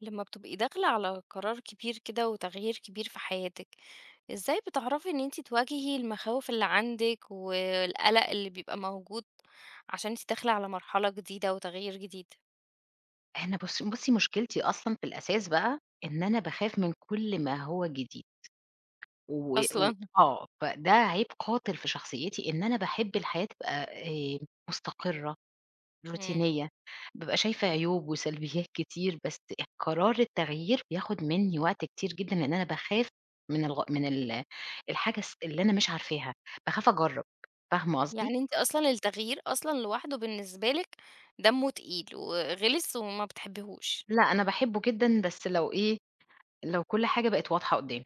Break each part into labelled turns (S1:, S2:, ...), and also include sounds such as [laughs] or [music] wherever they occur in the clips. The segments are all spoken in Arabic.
S1: لما بتبقي داخلة على قرار كبير كده وتغيير كبير في حياتك، ازاي بتعرفي ان انتي تواجهي المخاوف اللي عندك والقلق اللي بيبقى موجود عشان انتي داخلة على مرحلة جديدة وتغيير جديد؟
S2: أنا بُص بُصّي مشكلتي أصلًا في الأساس بقى، إن أنا باخاف من كل ما هو جديد. و و
S1: اصلا.
S2: آه، فده عيب قاتل في شخصيتي، إن أنا باحب الحياة تبقى مستقرة،
S1: مم.
S2: روتينية. بابقى شايفة عيوب وسلبيات كتير، بس قرار التغيير بياخد مني وقت كتير جدًا، لإن أنا باخاف من الحاجة اللي أنا مش عارفاها، باخاف أجرّب. فاهمة قصدي؟
S1: يعني انتي اصلا التغيير اصلا لوحده بالنسبة لك دمه تقيل وغلس وما بتحبيهوش؟
S2: لأ، أنا باحبه جدًا، بس لو إيه، لو كل حاجة بقت واضحة قدّامي.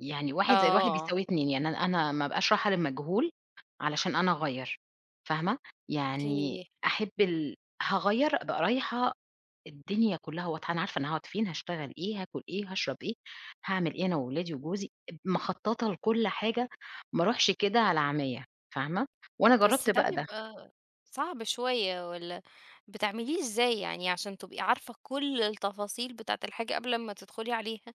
S2: يعني 1 زائد 1
S1: اه.
S2: بيساوي 2، يعني أنا ما ابقاش رايحة للمجهول علشان أنا أغيّر، فاهمة؟ يعني
S1: اوكي.
S2: أحب ال هاغيّر أبقى رايحة الدنيا كلّها واضحة، أنا عارفة أنا هاقعد فين، هاشتغل إيه، هاكل إيه، هاشرب إيه، هاعمل إيه أنا وولادي وجوزي، مخطّطة لكل حاجة، ما اروحش كده على عميّة، فاهمة؟ وأنا
S1: بس
S2: جرّبت
S1: ده
S2: بقى ده.
S1: بيبقى صعب شوية والّا بتعمليه إزاي؟ يعني عشان تبقي عارفة كل التفاصيل بتاعة الحاجة قبل ما تدخلي عليها،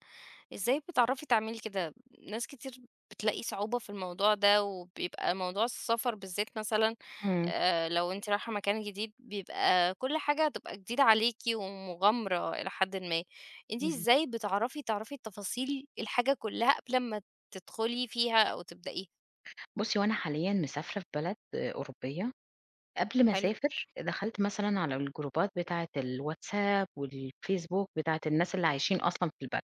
S1: إزاي بتعرفي تعملي كده؟ ناس كتير بتلاقي صعوبة في الموضوع ده، وبيبقى موضوع السفر بالذات مثلًا.
S2: إمم.
S1: لو أنتِ رايحة مكان جديد بيبقى كل حاجة هتبقى جديدة عليكِ ومغامرة إلى حدٍ ما، أنتِ
S2: اهم.
S1: إزاي بتعرفي تعرفي تفاصيل الحاجة كلها قبل ما تدخلي فيها أو تبدئيها؟
S2: بُصّي، هو أنا حاليًا مسافرة في بلد آه، أوروبية. قبل ما
S1: حلو،
S2: أسافر، دخلت مثلًا على الجروبات بتاعة الWhatsApp والFacebook بتاعة الناس اللي عايشين أصلًا في البلد،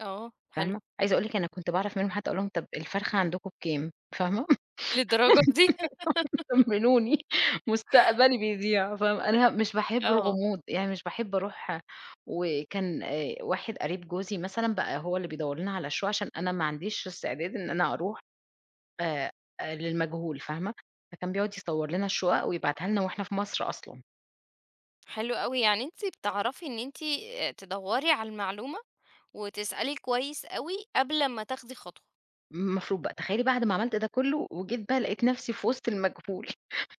S1: آه، حلو.
S2: فاهمة؟ عايزة أقول لِك أنا كنت باعرف منهم، حتى أقول لهم طَب الفرخة عندكم بكام؟ فاهمة؟ [laughs]
S1: للدرجة دي!
S2: طمنوني، مستقبلي بيضيع، فاهمة؟ أنا مش باحب
S1: آه،
S2: الغموض، يعني مش باحب أروح. وكان واحد قريب جوزي مثلًا بقى هو اللي بيدوّر لنا على شقق، عشان أنا ما عنديش استعداد إن أنا أروح آآ للمجهول، فاهمة؟ فكان بيقعد يصوّر لنا الشقق ويبعتها لنا وإحنا في مصر أصلًا.
S1: حلو أوي، يعني أنتِ بتعرفي إن أنتِ تدوّري على المعلومة وتسألي كويس أوي قبل ما تاخدي خطوة.
S2: المفروض بقى تخيلي بعد ما عملت ده كله، وجيت بقى لقيت نفسي في وسط المجهول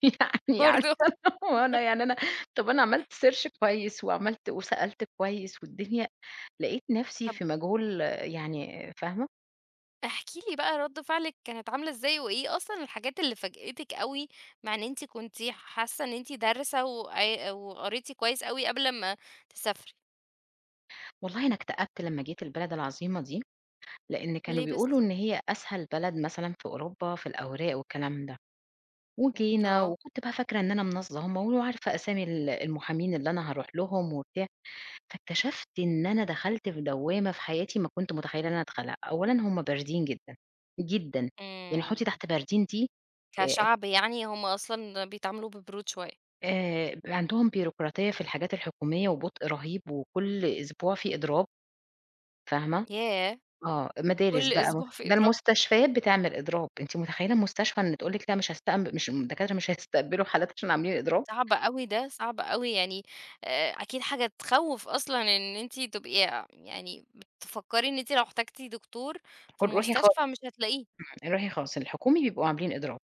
S2: [laughs] يعني عارفة
S1: برضه.
S2: اللي هو أنا وانا يعني أنا، طب أنا عملت search كويس وعملت وسألت كويس، والدنيا لقيت نفسي
S1: طب
S2: في مجهول آه، يعني فاهمة؟
S1: احكي لي بقى رَد فعلِك كانت عاملة إزاي، وإيه أصلًا الحاجات اللي فاجأتِك أوي، مع إن أنتِ كنتِ حاسة إن أنتِ دارسة وقريتِ كويس أوي قبل ما تسافري؟
S2: والله أنا اكتئبت لمّا جيت البلد العظيمة دي، لإن كانوا
S1: ليه بس؟
S2: بيقولوا إن هي أسهل بلد مثلًا في أوروبا في الأوراق والكلام ده، وجينا
S1: آه.
S2: وكنت بقى فاكرة إن أنا منظمة وعارفة أسامي المحامين اللي أنا هاروح لهم وبتاع، فاكتشفت إن أنا دخلت في دوّامة في حياتي ما كنت متخيلة إن أنا أدخلها. أولًا، هُم باردين جدًا، جدًا، يعني حُطّي
S1: إمم.
S2: تحت باردين دي آآ
S1: كشعب يعني هم أصلًا بيتعاملوا ببرود شوية.
S2: بيبقى عندهم بيروقراطية في الحاجات الحكومية وبطء رهيب، وكل أسبوع في إضراب، فاهمة.
S1: ياه!
S2: آه، مدارس
S1: كل
S2: بقى مس
S1: أسبوع في
S2: ده
S1: إضراب!
S2: المستشفيات بتعمل إضراب، أنتِ متخيلة المستشفى إن تقول لِك لأ مش الدكاترة مش هيستقبلوا حالات عشان عاملين إضراب،
S1: صعب أوي ده، صعب أوي يعني. أكيد حاجة تخوّف أصلًا إن أنتِ تبقي، يعني بتفكّري إن أنتِ لو احتجتِ دكتور
S2: خُ
S1: في
S2: روحي خا
S1: مستشفى مش هتلاقيه،
S2: روحي خاص، الحكومي بيبقوا عاملين إضراب.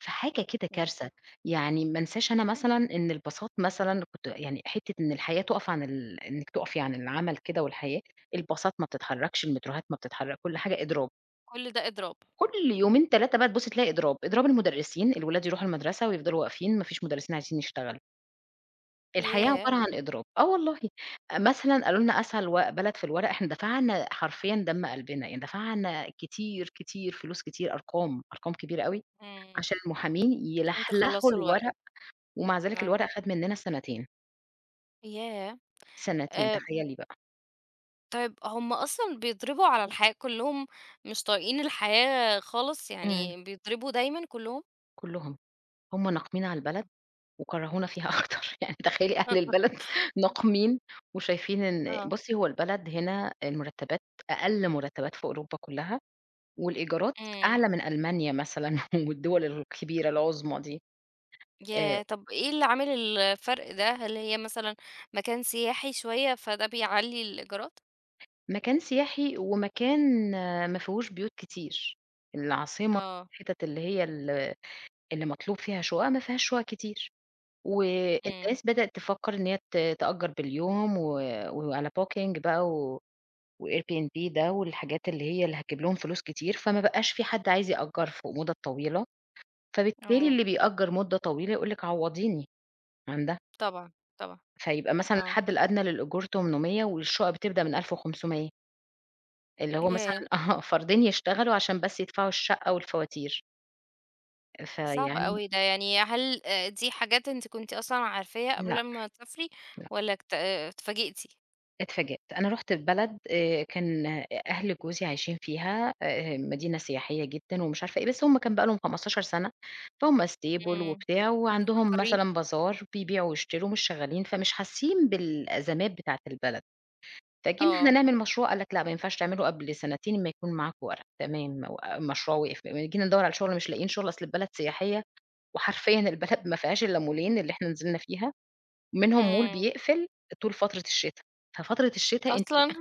S2: فحاجة كده
S1: إمم،
S2: كارثة. يعني ما انساش أنا مثلًا إن الباصات مثلًا، كنت يعني حتّة إن الحياة تُقف عن إنِّك تُقفي عن العمل كده والحياة، الباصات ما بتتحرّكش، المتروهات ما بتتحرّك، كل حاجة إضراب.
S1: كل ده إضراب،
S2: كل يومين 3 بقى تبُصّي تلاقي إضراب، إضراب المدرسين، الولاد يروحوا المدرسة ويفضلوا واقفين، ما فيش مدرسين عايزين يشتغلوا. الحياة
S1: ياه!
S2: عبارة عن إضراب، آه والله. مثلًا قالوا لنا أسهل بلد في الورق، إحنا دفعنا حرفيًا دم قلبنا، يعني دفعنا كتير، كتير، فلوس كتير، أرقام، أرقام كبيرة أوي،
S1: إمم،
S2: عشان المحامين
S1: عشان
S2: يلحلحوا
S1: تخلّصوا الورق،
S2: الورق، ومع ذلك
S1: آه،
S2: الورق خَد مننا سنتين،
S1: ياه!
S2: سنتين. إمم.
S1: آآ
S2: تخيّلي بقى.
S1: طيب هُم أصلًا بيضربوا على الحياة كلّهم مش طايقين الحياة خالص،
S2: إمم.
S1: يعني بيضربوا دايمًا كلّهم؟
S2: كلّهم. هم ناقمين على البلد وكرهونا فيها [laughs] أكتر، يعني تخيّلي أهل
S1: [laughs]
S2: البلد [laughs] ناقمين، وشايفين إن
S1: آه،
S2: بُصّي هو البلد هنا المرتبات أقل مرتبات في أوروبا كلّها، والإيجارات أعلى
S1: إمم.
S2: من ألمانيا مثلًا [laughs] والدول الكبيرة العظمى دي. آآ،
S1: ياه! طب إيه اللي عامل الفرق ده؟ هل هي مثلًا مكان سياحي شوية فده بيعلّي الإيجارات؟
S2: مكان سياحي، ومكان آه، ما فيهوش بيوت كتير، العاصمة
S1: آه.
S2: الحتت اللي هي اللي مطلوب فيها شُقق ما فيهاش شُقق كتير.
S1: إمم،
S2: والناس بدأت تفكّر إن هي تأجّر باليوم وعلى booking بقى وairbnb ده، والحاجات اللي اللي هتجيب لهم فلوس كتير، فما بقاش في حد عايز يأجّر فوق مُدَد طويلة. فبالتالي
S1: آه،
S2: اللي بيأجّر مُدة طويلة يقول لِك عوّضيني عن ده،
S1: طبعًا، طبعًا.
S2: فيبقى مثلًا
S1: آه.
S2: الحد الأدنى للإيجار 800 والشقق بتبدأ من 1500، اللي هو مثلًا
S1: ياه!
S2: [laughs] آه، فردين يشتغلوا عشان بس يدفعوا الشقة والفواتير،
S1: صعب
S2: فيعني.
S1: أوي ده، يعني هل دي حاجات أنتِ كنتِ أصلًا عارفاها قبل
S2: لأ.
S1: ما تسافري والّا اتفاجئتِ؟
S2: اتفاجئت. أنا رُحت في بلد كان أهل جوزي عايشين فيها، مدينة سياحية جدًا ومش عارفة إيه، بس هم كان بقى لهم 15 سَنة، فهُم stable
S1: إمم،
S2: وبتاع، وعندهم
S1: فكريني.
S2: مثلًا بازار بيبيعوا ويشتروا، مش شغالين، فمش حاسين بالأزمات بتاعة البلد. فجينا إحنا
S1: آه،
S2: نعمل مشروع، قال لك: "لأ، ما ينفعش تعمله قبل سنتين ما يكون معاك ورق." تمام، مشروع وقف، جينا ندوّر على شغل مش لاقيين شغل، أصل البلد سياحية، وحرفيًا البلد ما فيهاش إلا مولين اللي إحنا نزلنا فيها، منهم مول
S1: إمم،
S2: بيقفل طول فترة الشتا. ففترة الشتا أنتِ
S1: أصلًا!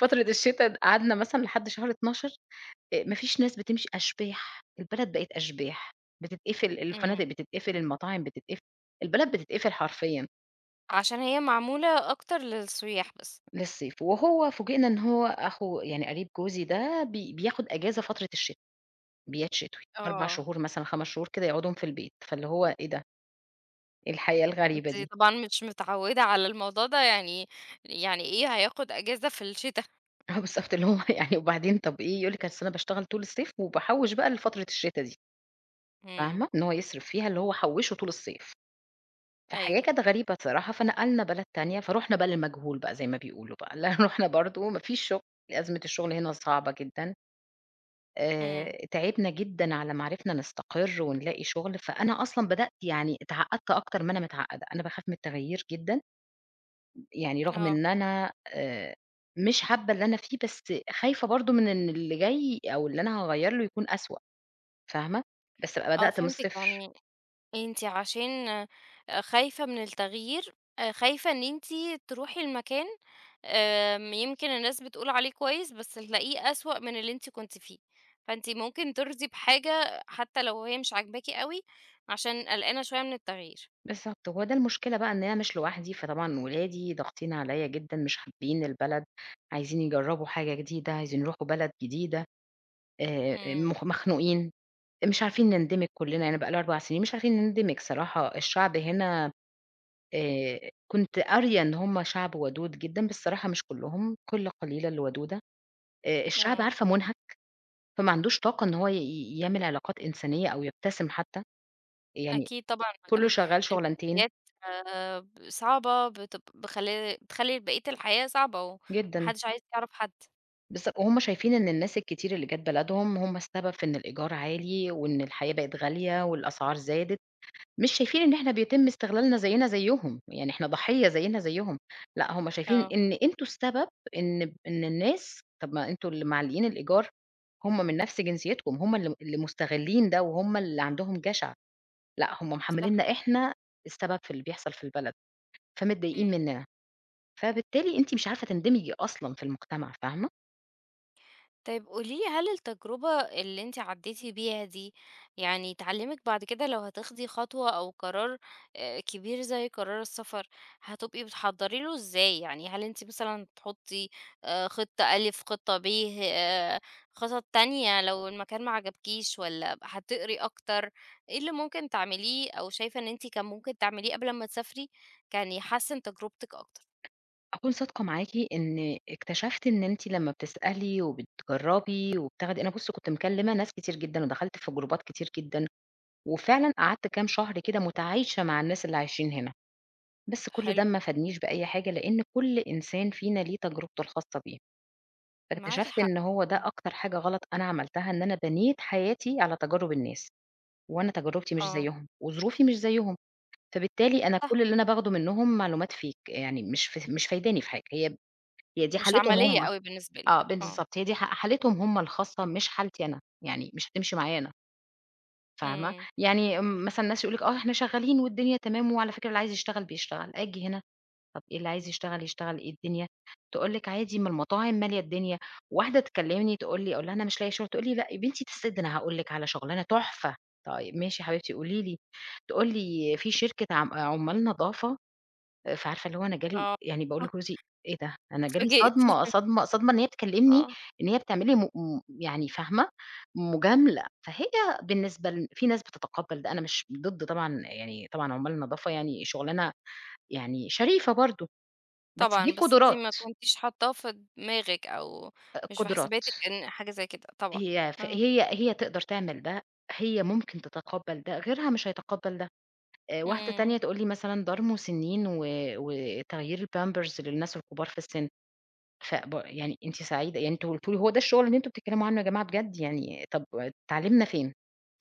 S2: فترة الشتا قعدنا مثلًا لحد شهر 12، ما فيش ناس بتمشي، أشباح، البلد بقت أشباح، بتتقفل، الفنادق
S1: إمم،
S2: بتتقفل، المطاعم بتتقفل، البلد بتتقفل حرفيًا
S1: عشان هي معمولة أكتر للسياح بس.
S2: للصيف. وهو فوجئنا إن هو أخو يعني قريب جوزي ده بياخد أجازة فترة الشتا، بيات شتوي 4
S1: آه.
S2: شهور مثلًا 5 شهور كده، يقعدهم في البيت، فاللي هو إيه ده، إيه الحياة الغريبة
S1: أنتِ
S2: دي؟
S1: طبعًا مش متعوّدة على الموضوع ده، يعني، يعني إيه هياخد أجازة في الشتا؟
S2: [laughs] آه بالضبط، اللي هو [laughs] يعني وبعدين طب إيه، يقول لِك أصل أنا باشتغل طول الصيف، وباحوّش بقى لفترة الشتا دي،
S1: إمم،
S2: فاهمة، إن هو يصرف فيها اللي هو حوّشه طول الصيف. فحياة
S1: أيوه،
S2: كانت غريبة الصراحة، فنقلنا بلد تانية، فرُحنا بقى للمجهول بقى زي ما بيقولوا بقى، لا [laughs] رُحنا برضه ما فيش شغل، أزمة الشغل هنا صعبة جدًا.
S1: إمم،
S2: تعبنا جدًا على ما عرفنا نستقر ونلاقي شغل، فأنا أصلًا بدأت يعني اتعقدت أكتر ما أنا متعقدة، أنا باخاف من التغيير جدًا، يعني رغم
S1: آه،
S2: إن أنا مش حابة اللي أنا فيه، بس خايفة برضه من إن اللي جاي أو اللي أنا هاغيّر له يكون أسوأ، فاهمة؟ بس أبقى
S1: آه
S2: بدأت من
S1: فهمتِك،
S2: الصفر.
S1: يعني أنتِ عشان خايفة من التغيير، خايفة إن أنتِ تروحي المكان، آمم يمكن الناس بتقول عليه كويس، بس تلاقيه أسوأ من اللي أنتِ كنتِ فيه، فأنتِ ممكن ترضي بحاجة حتى لو هي مش عاجباكِ أوي، عشان قلقانة شوية من التغيير.
S2: بالضبط، هو ده المشكلة بقى إن أنا مش لوحدي، فطبعًا ولادي ضاغطين عليَّ جدًا، مش حابين البلد، عايزين يجرّبوا حاجة جديدة، عايزين يروحوا بلد جديدة،
S1: إمم،
S2: مخ مخنوقين، مش عارفين نندمج كلّنا، يعني بقى لي 4 سنين مش عارفين نندمج صراحة. الشعب هنا كنت قارية إن هُم شعب ودود جدًا، بس الصراحة مش كلّهم، قِلّة قليلة اللي ودودة. الشعب
S1: آه.
S2: عارفة مُنهك، فما عندوش طاقة إن هو يعمل علاقات إنسانية أو يبتسم حتّى، يعني
S1: أكيد طبعًا ما
S2: كلّه
S1: دام
S2: شغّال شُغلانتين
S1: الكليات ب صعبة بتب بخلّي بتخلّي بقية الحياة صعبة وما
S2: جدًا.
S1: حدش عايز يعرف حد.
S2: وهُم شايفين إن الناس الكتير اللي جات بلدهم هُم السبب في إن الإيجار عالي، وإن الحياة بقت غالية، والأسعار زادت، مش شايفين إن إحنا بيتم استغلالنا زينا زيّهم، يعني إحنا ضحية زينا زيّهم. لأ، هُم شايفين
S1: آه،
S2: إن أنتم السبب إن إن الناس، طَب ما أنتم اللي معلّيين الإيجار، هُم من نفس جنسيتكم، هُم اللي مستغلّين ده، وهُم اللي عندهم جشع. لأ، هُم
S1: صح.
S2: محمّلينّا إحنا السبب في اللي بيحصل في البلد، فمتضايقين
S1: إمم.
S2: مننا، فبالتالي أنتِ مش عارفة تندمجي أصلًا في المجتمع، فاهمة؟
S1: طيب قولي لي هل التجربة اللي أنتِ عدّيتِ بيها دي، يعني تعلّمِك بعد كده لو هتاخدي خطوة أو قرار كبير زي قرار السفر، هتبقي بتحضّري له إزاي؟ يعني هل أنتِ مثلًا تحطّي خطة أ، خطة ب، آآ خطط تانية لو المكان ما عجبكيش والّا هتقري أكتر؟ إيه اللي ممكن تعمليه أو شايفة إن أنتِ كان ممكن تعمليه قبل أمّا تسافري، كان يحسّن تجربتِك أكتر؟
S2: أكون صادقة معاكِ، إن اكتشفت إن أنتِ لمّا بتسألي وبتجرّبي وبتاخدي، أنا بُصّي كنت مكلّمة ناس كتير جدًا، ودخلت في جروبات كتير جدًا، وفعلًا قعدت كام شهر كده متعايشة مع الناس اللي عايشين هنا، بس كل ده
S1: حلو.
S2: ما فادنيش بأي حاجة، لإن كل إنسان فينا ليه تجربته الخاصة بيه.
S1: معاكِ
S2: فاكتشفت
S1: حق.
S2: إن هو ده
S1: إمم.
S2: أكتر حاجة غلط أنا عملتها، إن أنا بنيت حياتي على تجارب الناس، وأنا تجربتي مش
S1: آه.
S2: زيّهم وظروفي مش زيّهم. فبالتالي أنا كل اللي أنا باخده منّهم معلومات fake، يعني مش فايداني في حاجة، هي دي
S1: مش
S2: حالتهم
S1: عملية
S2: هم.
S1: أوي بالنسبة
S2: آه،
S1: لِك، آه،
S2: بالضبط، هي دي حالتهم هم الخاصة مش حالتي أنا، يعني مش هتمشي معايا أنا، فاهمة؟
S1: إمم،
S2: يعني مثلًا ناس يقول لِك آه، إحنا شغالين والدنيا تمام، وعلى فكرة اللي عايز يشتغل بيشتغل، آجي هنا، طَب إيه اللي عايز يشتغل يشتغل إيه الدنيا؟ تقول لِك عادي، ما المطاعم مالية الدنيا، واحدة تكلمني تقول لي، أقول لها أنا مش لاقية شغل، تقول لي: "لأ يا بنتي تسد، أنا هاقول لِك على شغلانة تحفة." طيب ماشي يا حبيبتي قولي لي، تقول لي: "في شركة عمال نضافة." فعارفة اللي هو أنا جالي
S1: آه،
S2: يعني، باقول لجوزي
S1: [laughs] آه،
S2: إيه ده! أنا جالي صدمة،
S1: اتفاجئتِ،
S2: صدمة، صدمة، إن هي بتكلمني
S1: آه،
S2: إن هي بتعمل لي م م يعني فاهمة، مجاملة. فهي بالنسبة في ناس بتتقبّل ده، أنا مش ضد طبعًا، يعني طبعًا عُمّال النضافة يعني شُغلانة يعني شريفة برضه، بس دي
S1: طبعًا، بس أنتِ ما
S2: قدرات،
S1: كنتيش حاطاه في دماغِك أو مش في
S2: قدرات،
S1: حساباتِك إن حاجة زي كده، طبعًا،
S2: هي ف
S1: آه،
S2: هي هي تقدر تعمل ده، هي ممكن تتقبّل ده، غيرها مش هيتقبّل ده. واحدة
S1: إمم،
S2: تانية تقول لي مثلًا دار مسنّين، و وتغيير الpampers للناس الكبار في السن. يعني أنتِ سعيدة، يعني أنتم قلتوا لي هو ده الشغل اللي أنتم بتتكلموا عنه يا جماعة بجد؟ يعني طب تعليمنا فين؟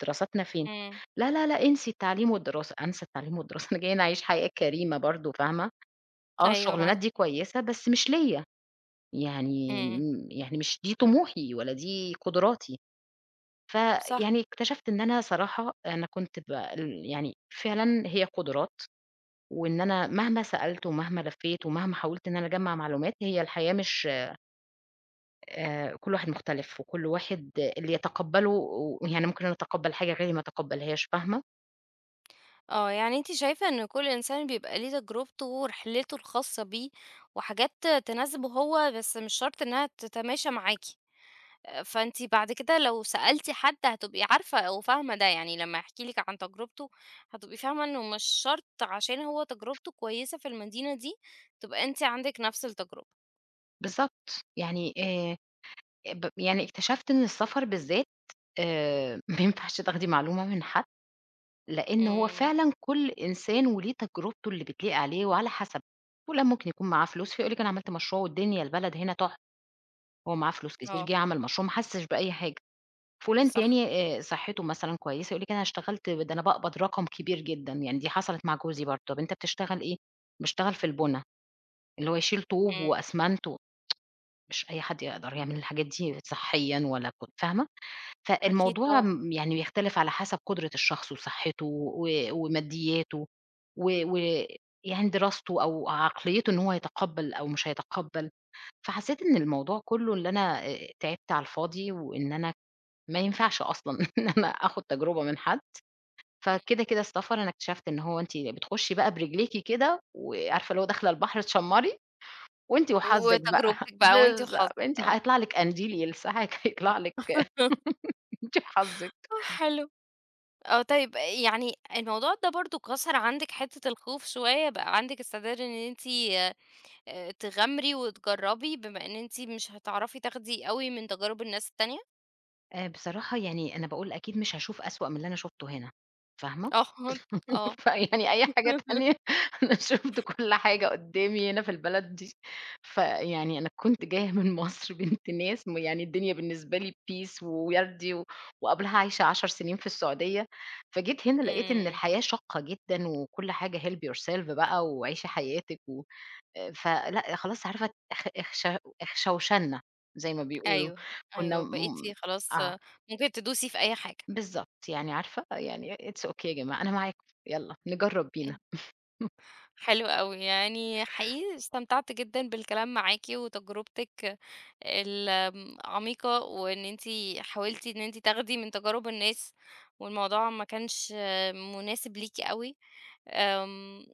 S2: دراستنا فين؟
S1: إمم،
S2: لا، لا، لا، انسي التعليم والدراسة، أنسى التعليم والدراسة [laughs] أنا جاية هنا أعيش حياة كريمة برضه، فاهمة؟ آه،
S1: أيوه معاكِ
S2: الشغلانات دي
S1: حق،
S2: كويسة بس مش ليّا، يعني
S1: إمم،
S2: م يعني مش دي طموحي ولا دي قدراتي.
S1: صح،
S2: فيعني اكتشفت إن أنا صراحة أنا كنت ب يعني فعلًا هي قدرات، وإن أنا مهما سألت ومهما لفيت ومهما حاولت إن أنا أجمّع معلومات، هي الحياة مش كل واحد مختلف، وكل واحد اللي يتقبّله، ويعني ممكن أنا أتقبّل حاجة غيري ما يتقبّلهاش، فاهمة؟
S1: آه، يعني أنتِ شايفة إن كل إنسان بيبقى ليه تجربته ورحلته الخاصة بيه وحاجات تناسبه هو، بس مش شرط إنها تتماشى معاكِ. فأنتِ بعد كده لو سألتِ حد هتبقي عارفة أو فاهمة ده، يعني لمّا يحكي لِك عن تجربته هتبقي فاهمة إنه مش شرط عشان هو تجربته كويسة في المدينة دي، تبقى أنتِ عندِك نفس التجربة.
S2: بالضبط. يعني ب يعني اكتشفت إن السفر بالذات [laughs] ما ينفعش تاخدي معلومة من حد، لإن هو
S1: إمم،
S2: فعلًا كل إنسان وليه تجربته اللي بتليق عليه وعلى حسب. فُلان ممكن يكون معاه فلوس، فيقول لِك أنا عملت مشروع والدنيا البلد هنا تحفة، هو معاه فلوس كتير،
S1: آه،
S2: جه عمل مشروع، ما حسّش بأي حاجة. فلان
S1: صح،
S2: تاني صحّته مثلًا كويسة، يقول لِك أنا اشتغلت ده، أنا باقبض رقم كبير جدًا، يعني دي حصلت مع جوزي برضه، طَب أنت بتشتغل إيه؟ باشتغل في البُنا، اللي هو يشيل طوب
S1: إمم،
S2: وأسمنت مش أي حد يقدر يعمل الحاجات دي صحيًا، ولا كنت فاهمة؟
S1: أكيد
S2: فالموضوع
S1: طبعًا،
S2: يعني بيختلف على حسب قدرة الشخص وصحّته ومادياته و و يعني دراسته أو عقليته، إن هو هيتقبّل أو مش هيتقبّل. فحسّيت إن الموضوع كُلّه اللي أنا تعبت على الفاضي، وإن أنا ما ينفعش أصلًا [laughs] إن أنا آخُد تجربة من حد.
S1: إمم،
S2: كده السفر أنا اكتشفت إن هو أنتِ بتخُشّي بقى برجليكِ كده، وعارفة اللي هو داخلة البحر تشمّري وأنتِ وحظِك بقى
S1: وتجربتِك
S2: [laughs]
S1: بقى وأنتِ وحظِك،
S2: بالضبط، أنتِ
S1: آه،
S2: هيطلع لِك قنديل يلسعِك، هيطلع لِك
S1: [laughs]
S2: [laughs] أنتِ وحظِك.
S1: آه، حلو، آه، طيب يعني الموضوع ده برضه كسر عندِك حتة الخوف شوية، بقى عندِك استعداد إن أنتِ تغامري وتجرّبي بما إن أنتِ مش هتعرفي تاخدي أوي من تجارب الناس التانية؟
S2: بصراحة يعني أنا باقول أكيد مش هاشوف أسوأ من اللي أنا شُفته هنا، فاهمة؟
S1: آه، [laughs] آه.
S2: فيعني أي حاجة تانية [laughs] أنا شُفت كل حاجة قدّامي هنا في البلد دي. فيعني أنا كنت جاية [laughs] من مصر بنت ناس يعني الدنيا بالنسبة لي peace ووردي وقبلها عايشة 10 سنين في السعودية. فجيت هنا لقيت إن
S1: إمم،
S2: الحياة شاقة جدًا، وكل حاجة help yourself بقى وعيشي حياتِك و فلأ خلاص عارفة اخ اخش اخشوشنا زي ما بيقولوا.
S1: أيوه،
S2: كنا
S1: أيوه،
S2: م
S1: بقيتِ خلاص
S2: آه،
S1: آه، ممكن تدوسي في أي حاجة.
S2: بالضبط، يعني عارفة يعني it's okay يا جماعة أنا معاكم، يالّا نجرّب
S1: إمم،
S2: بينا.
S1: حلو أوي، يعني حقيقي استمتعت جدًا بالكلام معاكِ وتجربتِك آمم، عميقة وإن أنتِ حاولتِ إن أنتِ تاخدي من تجارب الناس والموضوع ما كانش آه، مناسب ليكِ أوي، آمم،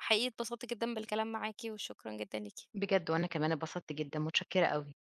S1: حقيقي اتبسطت جدًا بالكلام معاكِ وشكرًا جدًا ليكِ.
S2: بجد وأنا كمان اتبسطت جدًا، متشكرة أوي.